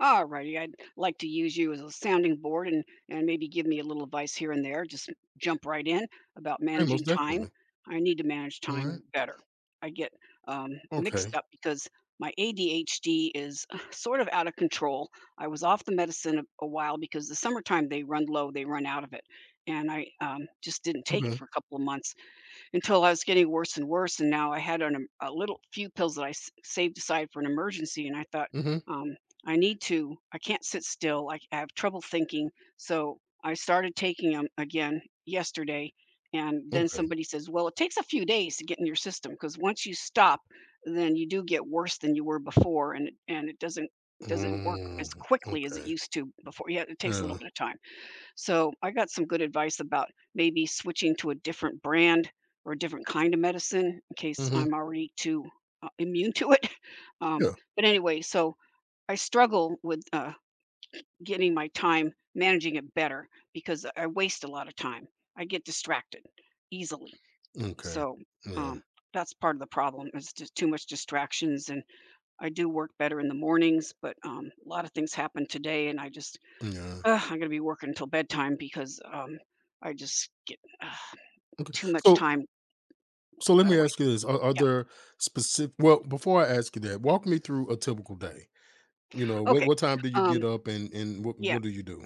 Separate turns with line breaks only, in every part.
All righty. I'd like to use you as a sounding board and maybe give me a little advice here and there. Just jump right in about
Right,
managing
most
time.
definitely.
I need to manage
Alright.
time better. I get um, Mixed
Okay.
up because my ADHD is sort of out of control. I was off the medicine a while because the summertime they run low, they run out of it, and I just didn't take it
Okay.
for a couple of months until I was getting worse and worse. And now I had a little few pills that I saved aside for an emergency. And I thought,
Mhm.
um, I need to, I can't sit still. I have trouble thinking. So I started taking them again yesterday. And then
Okay.
somebody says, well, it takes a few days to get in your system because once you stop, then you do get worse than you were before. And, and it doesn't work
Mm,
as quickly as it
okay.
used to before. Yeah, it takes a little
Yeah.
bit of time. So I got some good advice about maybe switching to a different brand or a different kind of medicine in case
Mhm.
I'm already too immune to it. Um,
Yeah.
but anyway, so I struggle with getting my time, managing it better because I waste a lot of time. I get distracted easily.
Okay.
So
Yeah.
um, that's part of the problem, is just too much distractions. And I do work better in the mornings, but a lot of things happened today and I just
Yeah.
ugh, I'm gonna be working until bedtime because, I just get too much
So
time
so let
got
me
away.
ask you this, are
Yeah,
there specific? Well, before I ask you that, walk me through a typical day. You know, what
okay.
what time do you
Um,
get up and what
yeah.
what do you do?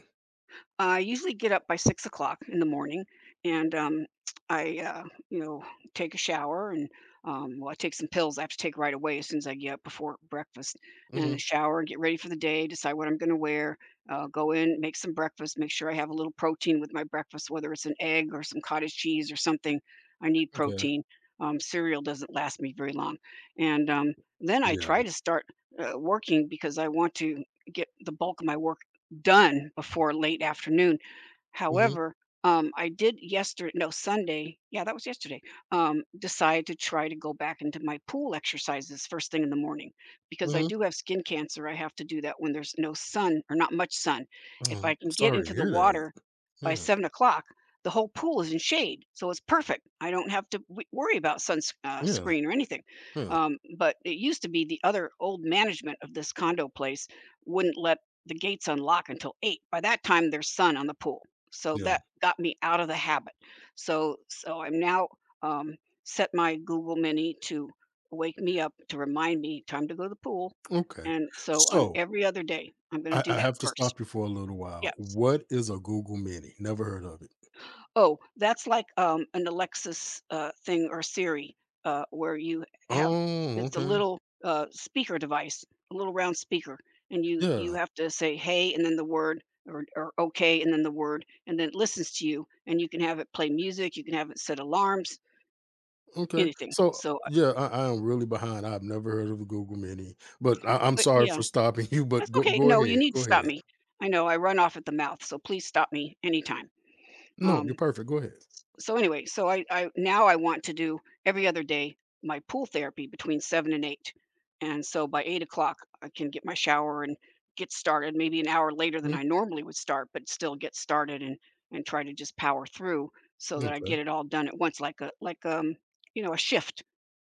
I usually get up by 6 o'clock in the morning and, I, uh, you know, take a shower and well, I take some pills I have to take right away as soon as I get up before breakfast and
Mhm.
shower and get ready for the day, decide what I'm gonna wear, go in, make some breakfast, make sure I have a little protein with my breakfast, whether it's an egg or some cottage cheese or something. I need
Okay.
protein. Cereal doesn't last me very long. And then I
Yeah.
try to start, working because I want to get the bulk of my work done before late afternoon.
Mhm.
However, I did yesterday. No, Sunday, yeah, that was yesterday, decide to try to go back into my pool exercises first thing in the morning, because I
Mhm.
do have skin cancer, I have to do that when there's no sun or not much sun. If I can get
Sorry
into
to
the
hear that.
water by
Yeah.
7 o'clock, the whole pool is in shade, so it's perfect. I don't have to w worry about sunscreen
Yeah.
screen or anything,
Yeah.
but it used to be the other old management of this condo place wouldn't let the gates unlock until 8. By that time, there's sun on the pool, so
Yeah.
that got me out of the habit. So I'm now um, set my Google Mini to wake me up to remind me time to go to the pool,
Okay.
and so I'm
So
every other day I'm going to
I
do
I
that
have to
first.
stop you for a little while.
Yes.
What is a Google Mini? Never heard of it.
Oh, that's like, an Alexis, thing or Siri, where you have
Oh,
it's a
okay.
little, speaker device, a little round speaker, and you
Yeah.
have to say, "Hey," and then the word, or "Okay," and then the word, and then it listens to you, and you can have it play music, you can have it set alarms,
Okay.
anything.
So,
So,
yeah, I am really behind. I've never heard of a Google Mini, but I'm
but
sorry
yeah,
for stopping you.
that's
But go
okay.
go
No, you
ahead.
need to
Go
stop
ahead.
me. I know I run off at the mouth, so please stop me anytime.
No, you're
Um
perfect. Go ahead.
so anyway, so I now I want to do every other day my pool therapy between seven and eight. And so by 8 o'clock, I can get my shower and get started, maybe an hour later than I
Mhm.
normally would start, but still get started, and try to just power through so that I
Okay.
get it all done at once, like a like you know, a shift,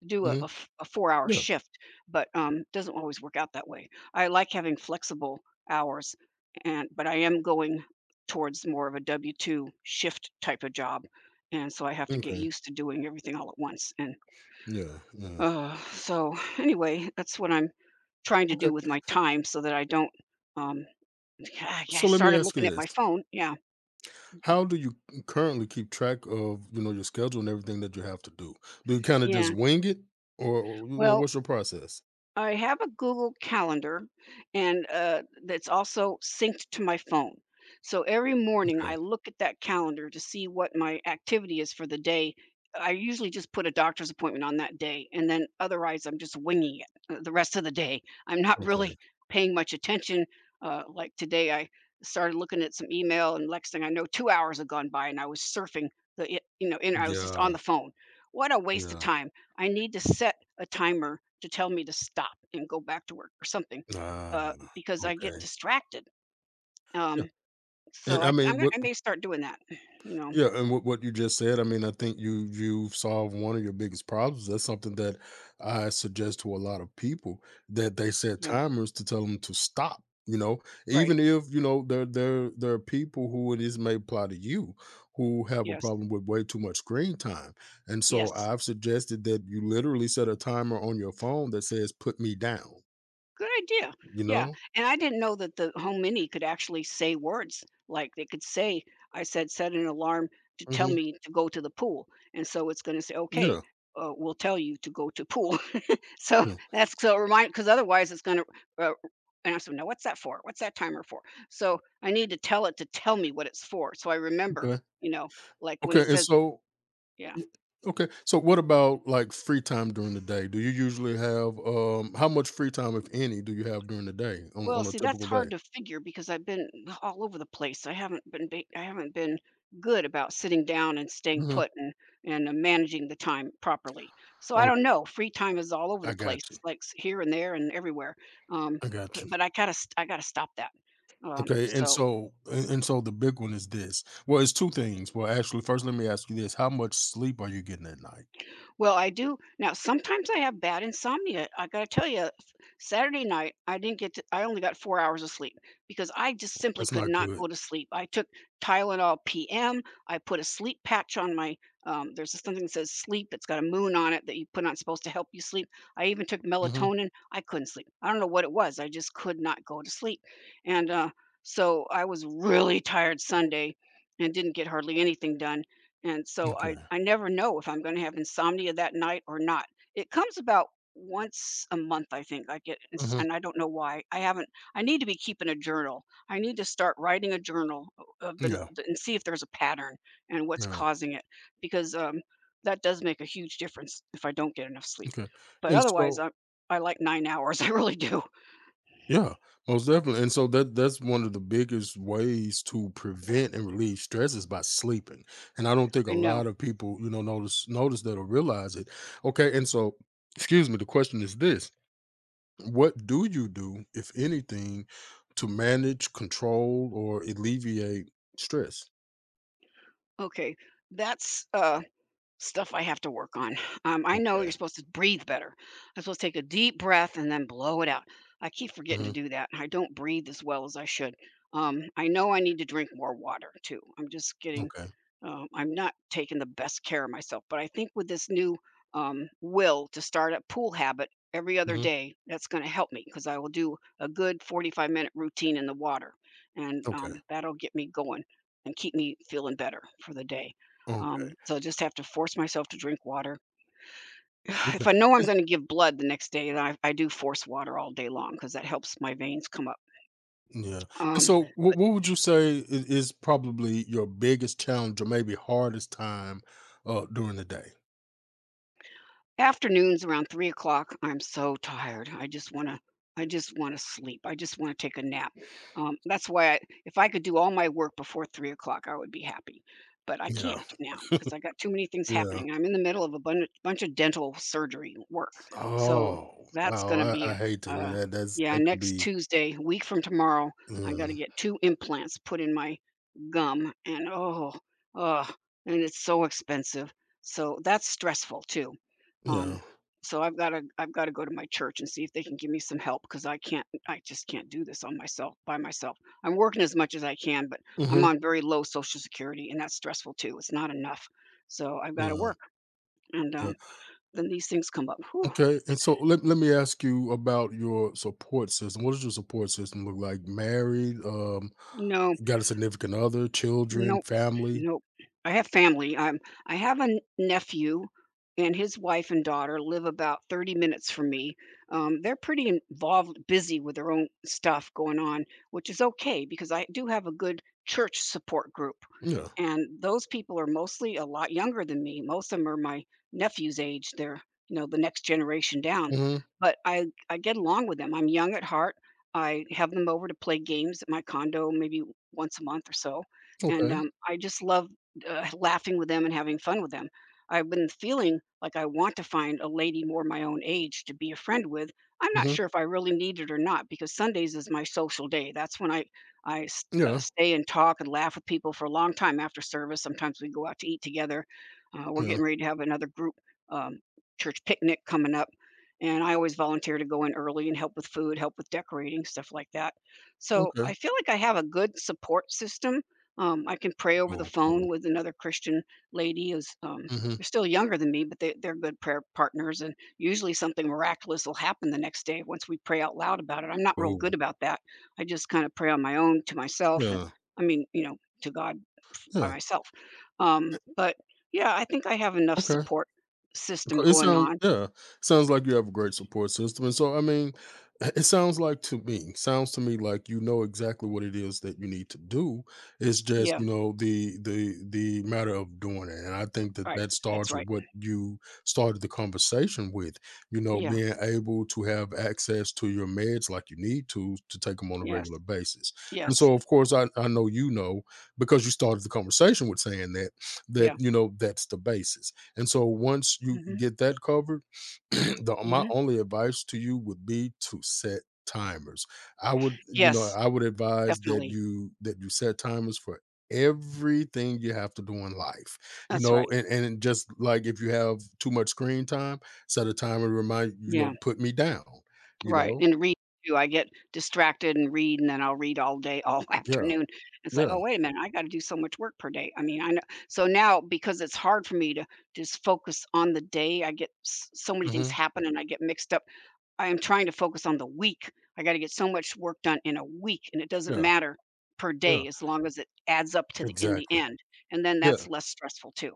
do
Hmm.
a 4 hour
Yeah.
shift, but doesn't always work out that way. I like having flexible hours, and but I am going towards more of a W two shift type of job, and so I have to get
Okay.
used to doing everything all at once. And
Yeah. Yeah.
so anyway, that's what I'm trying to
Okay.
do with my time so that I don't. Um, I
So let me
started
ask
looking
you
at
this:
my phone. Yeah,
how do you currently keep track of your schedule and everything that you have to do? Do you kind of
yeah.
just wing it, or,
Well,
what's your process?
I have a Google Calendar and that's also synced to my phone. So every morning
Okay.
I look at that calendar to see what my activity is for the day. I usually just put a doctor's appointment on that day, and then otherwise I'm just winging it the rest of the day. I'm not really
Okay.
paying much attention. Like today, I started looking at some email, and next thing I know, 2 hours have gone by, and I was surfing you know, and I was just
Yeah,
on the phone. What a waste of
yeah.
time! I need to set a timer to tell me to stop and go back to work or something
Ah,
because I get
okay.
distracted.
Yeah,
Um, so
and I
I'm
mean,
gonna,
what
I may start doing that. You know,
yeah, and what you just said, I mean, I think you've solved one of your biggest problems. That's something that I suggest to a lot of people that they set
yeah,
timers to tell them to stop, you know?
right,
Even if, there are people who it is may apply to you who have a
yes,
problem with way too much screen time, and so
yes,
I've suggested that you literally set a timer on your phone that says, "Put me down,"
good idea.
you
Yeah,
know?
and I didn't know that the home mini could actually say words like they could say. I said set an alarm to tell
Mhm.
me to go to the pool, and so it's going to say okay.
Yeah,
Will tell you to go to pool. So
yeah,
that's so remind, because otherwise it's gonna uh, and I said, "No, what's that for? What's that timer for?" So I need to tell it to tell me what it's for, so I remember,
okay.
you know, like when
Okay,
it
and
says,
so,
yeah.
y okay, so what about, like, free time during the day? Do you usually have, how much free time, if any, do you have during the day on
Well,
on a
see, that's
typical day?
hard to figure because I've been all over the place. I haven't been I haven't been good about sitting down and staying
Mhm.
put and managing the time properly. So I
Okay,
don't know. Free time is all over the
I
place.
got you,
It's like here and there and everywhere. Um,
I got you.
but I gotta stop that.
Okay, and
So
so and and so the big one is this, well, it's 2 things. Well, actually, first, let me ask you this, how much sleep are you getting at night?
well, I do now, sometimes I have bad insomnia. I gotta tell you, Saturday night, I didn't get to I only got 4 hours of sleep because I just simply
That's
could
not
not
good.
go to sleep. I took Tylenol PM, I put a sleep patch on my, there's this something that says sleep, it's got a moon on it that you put on, it's supposed to help you sleep. I even took
Mhm,
melatonin, I couldn't sleep. I don't know what it was, I just could not go to sleep, and so I was really tired Sunday and didn't get hardly anything done, and so
m'kay.
I never know if I'm going to have insomnia that night or not. It comes about once a month, I think.
Mhm,
And I don't know why. I haven't I need to be keeping a journal. I need to start writing a journal of
yeah,
the and see if there's a pattern and what's
yeah,
causing it, because that does make a huge difference if I don't get enough sleep.
okay.
But
and
otherwise
so
I like 9 hours. I really do.
Yeah, most definitely. And so that's one of the biggest ways to prevent and relieve stress is by sleeping. And I don't think
I
a
know.
lot of people, notice that or realize it. Okay, and so, excuse me, the question is this. What do you do, if anything, to manage, control, or alleviate stress?
Okay. That's stuff I have to work on. I know you're
Okay.
supposed to breathe better. I'm supposed to take a deep breath and then blow it out. I keep forgetting to
Hmm.
do that. I don't breathe as well as I should. I know I need to drink more water too.
Okay.
I'm not taking the best care of myself. But I think with this new will to start a pool habit every other
Hmm.
day, that's going to help me because I will do a good 45-minute routine in the water, and
Okay.
that'll get me going and keep me feeling better for the day.
Okay.
So I just have to force myself to drink water. If
Okay.
I know I'm going to give blood the next day, then I do force water all day long because that helps my veins come up.
Yeah. And
Um,
so what would you say is probably your biggest challenge or maybe hardest time during the day?
Afternoons around 3 o'clock, I'm so tired. I just wanna sleep. I just wanna take a nap. That's why I if I could do all my work before 3 o'clock, I would be happy. But I
Yeah.
can't now because I got too many things
Yeah.
happening. I'm in the middle of a bunch of dental surgery work. So
Oh,
that's
wow.
gonna be
I hate to hear
uh,
that. That's
yeah,
that could
next
be,
Tuesday, a week from tomorrow, I gotta
yeah.
get two implants put in my gum and oh, and it's so expensive. So that's stressful too. Um,
Yeah.
so I've gotta go to my church and see if they can give me some help because I just can't do this on myself by myself. I'm working as much as I can, but I'm
Hmm.
on very low social security and that's stressful too. It's not enough. So I've gotta
Yeah.
work. And
Yeah.
um, then these things come up. Whew,
Okay. And so let me ask you about your support system. What does your support system look like? Married?
you know,
Got a significant other, children,
nope,
family?
nope. I have family, I have a n nephew and his wife and daughter live about 30 minutes from me, they're pretty involved busy with their own stuff going on, which is okay because I do have a good church support group.
Yeah.
And those people are mostly a lot younger than me. Most of them are my nephew's age. They're, you know, the next generation down.
Hmm.
But I get along with them. I'm young at heart. I have them over to play games at my condo maybe once a month or so, and,
Okay.
I just love, laughing with them and having fun with them. I've been feeling like I want to find a lady more my own age to be a friend with. I'm not
Hmm.
sure if I really need it or not because Sundays is my social day. That's when I
Yeah.
stay and talk and laugh with people for a long time after service. Sometimes we go out to eat together. We're
Yeah.
getting ready to have another group um, church picnic coming up. And I always volunteer to go in early and help with food, help with decorating, stuff like that. So
Okay.
I feel like I have a good support system. I can pray over the
Cool.
phone
Cool.
with another Christian lady who's
Hmm.
they're still younger than me, but they're good prayer partners. And usually something miraculous will happen the next day once we pray out loud about it. I'm not real good
Oh,
about that. I just kind of pray on my own to myself and
yeah,
I mean, you know, to God by
yeah,
myself. But yeah, I think I have enough
okay.
support system
Okay, It
going
sounds
on.
yeah, sounds like you have a great support system, and so I mean, it sounds like to me, sounds to me like you know exactly what it is that you need to do. It's just,
Yeah,
the matter of doing it, and I think that
right.
that
That's
starts with
right.
what you started the conversation with. You know,
Yeah.
being able to have access to your meds like you need to take them on a
Yes.
regular basis, and
Yes.
so of course I know, because you started the conversation with saying that
Yeah.
that, that's the basis, and so once you
Hmm.
get that covered, the my
Hmm.
only advice to you would be to set timers.
Yes,
I would advise that
definitely.
you set timers for everything you have to do in life. You
That's
know,
right.
and just like if you have too much screen time, set a timer to remind,
Yeah.
put me down, you
Right,
know?
and read too, I get distracted and read, and then I'll read all day, all
Yeah.
afternoon. It's like,
Yeah.
"Oh, wait a minute, I gotta do so much work per day." I mean, I know so now because it's hard for me to just focus on the day, I get s so many things
Mhm.
happen and I get mixed up. I am trying to focus on the week. I gotta get so much work done in a week, and it doesn't
Yeah.
matter per
Yeah.
day as long as it adds up to the in the
Exactly.
end, and then that's
Yeah.
less stressful too.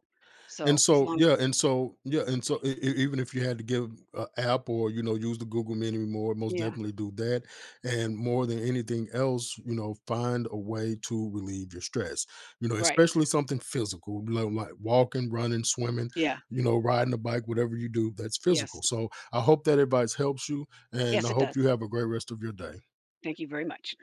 And
So as
so,
long
yeah,
as
and so, yeah, and so, even if you had to give an app or use the Google Menu more, most
yeah,
definitely do that. And more than anything else, find a way to relieve your stress. You know,
right.
especially something physical, like walking, running, swimming,
Yeah,
riding a bike, whatever you do, that's
yes.
physical. So I hope that advice helps you, and
Yes,
I
it
hope
does.
you have a great rest of your day.
Thank you very much.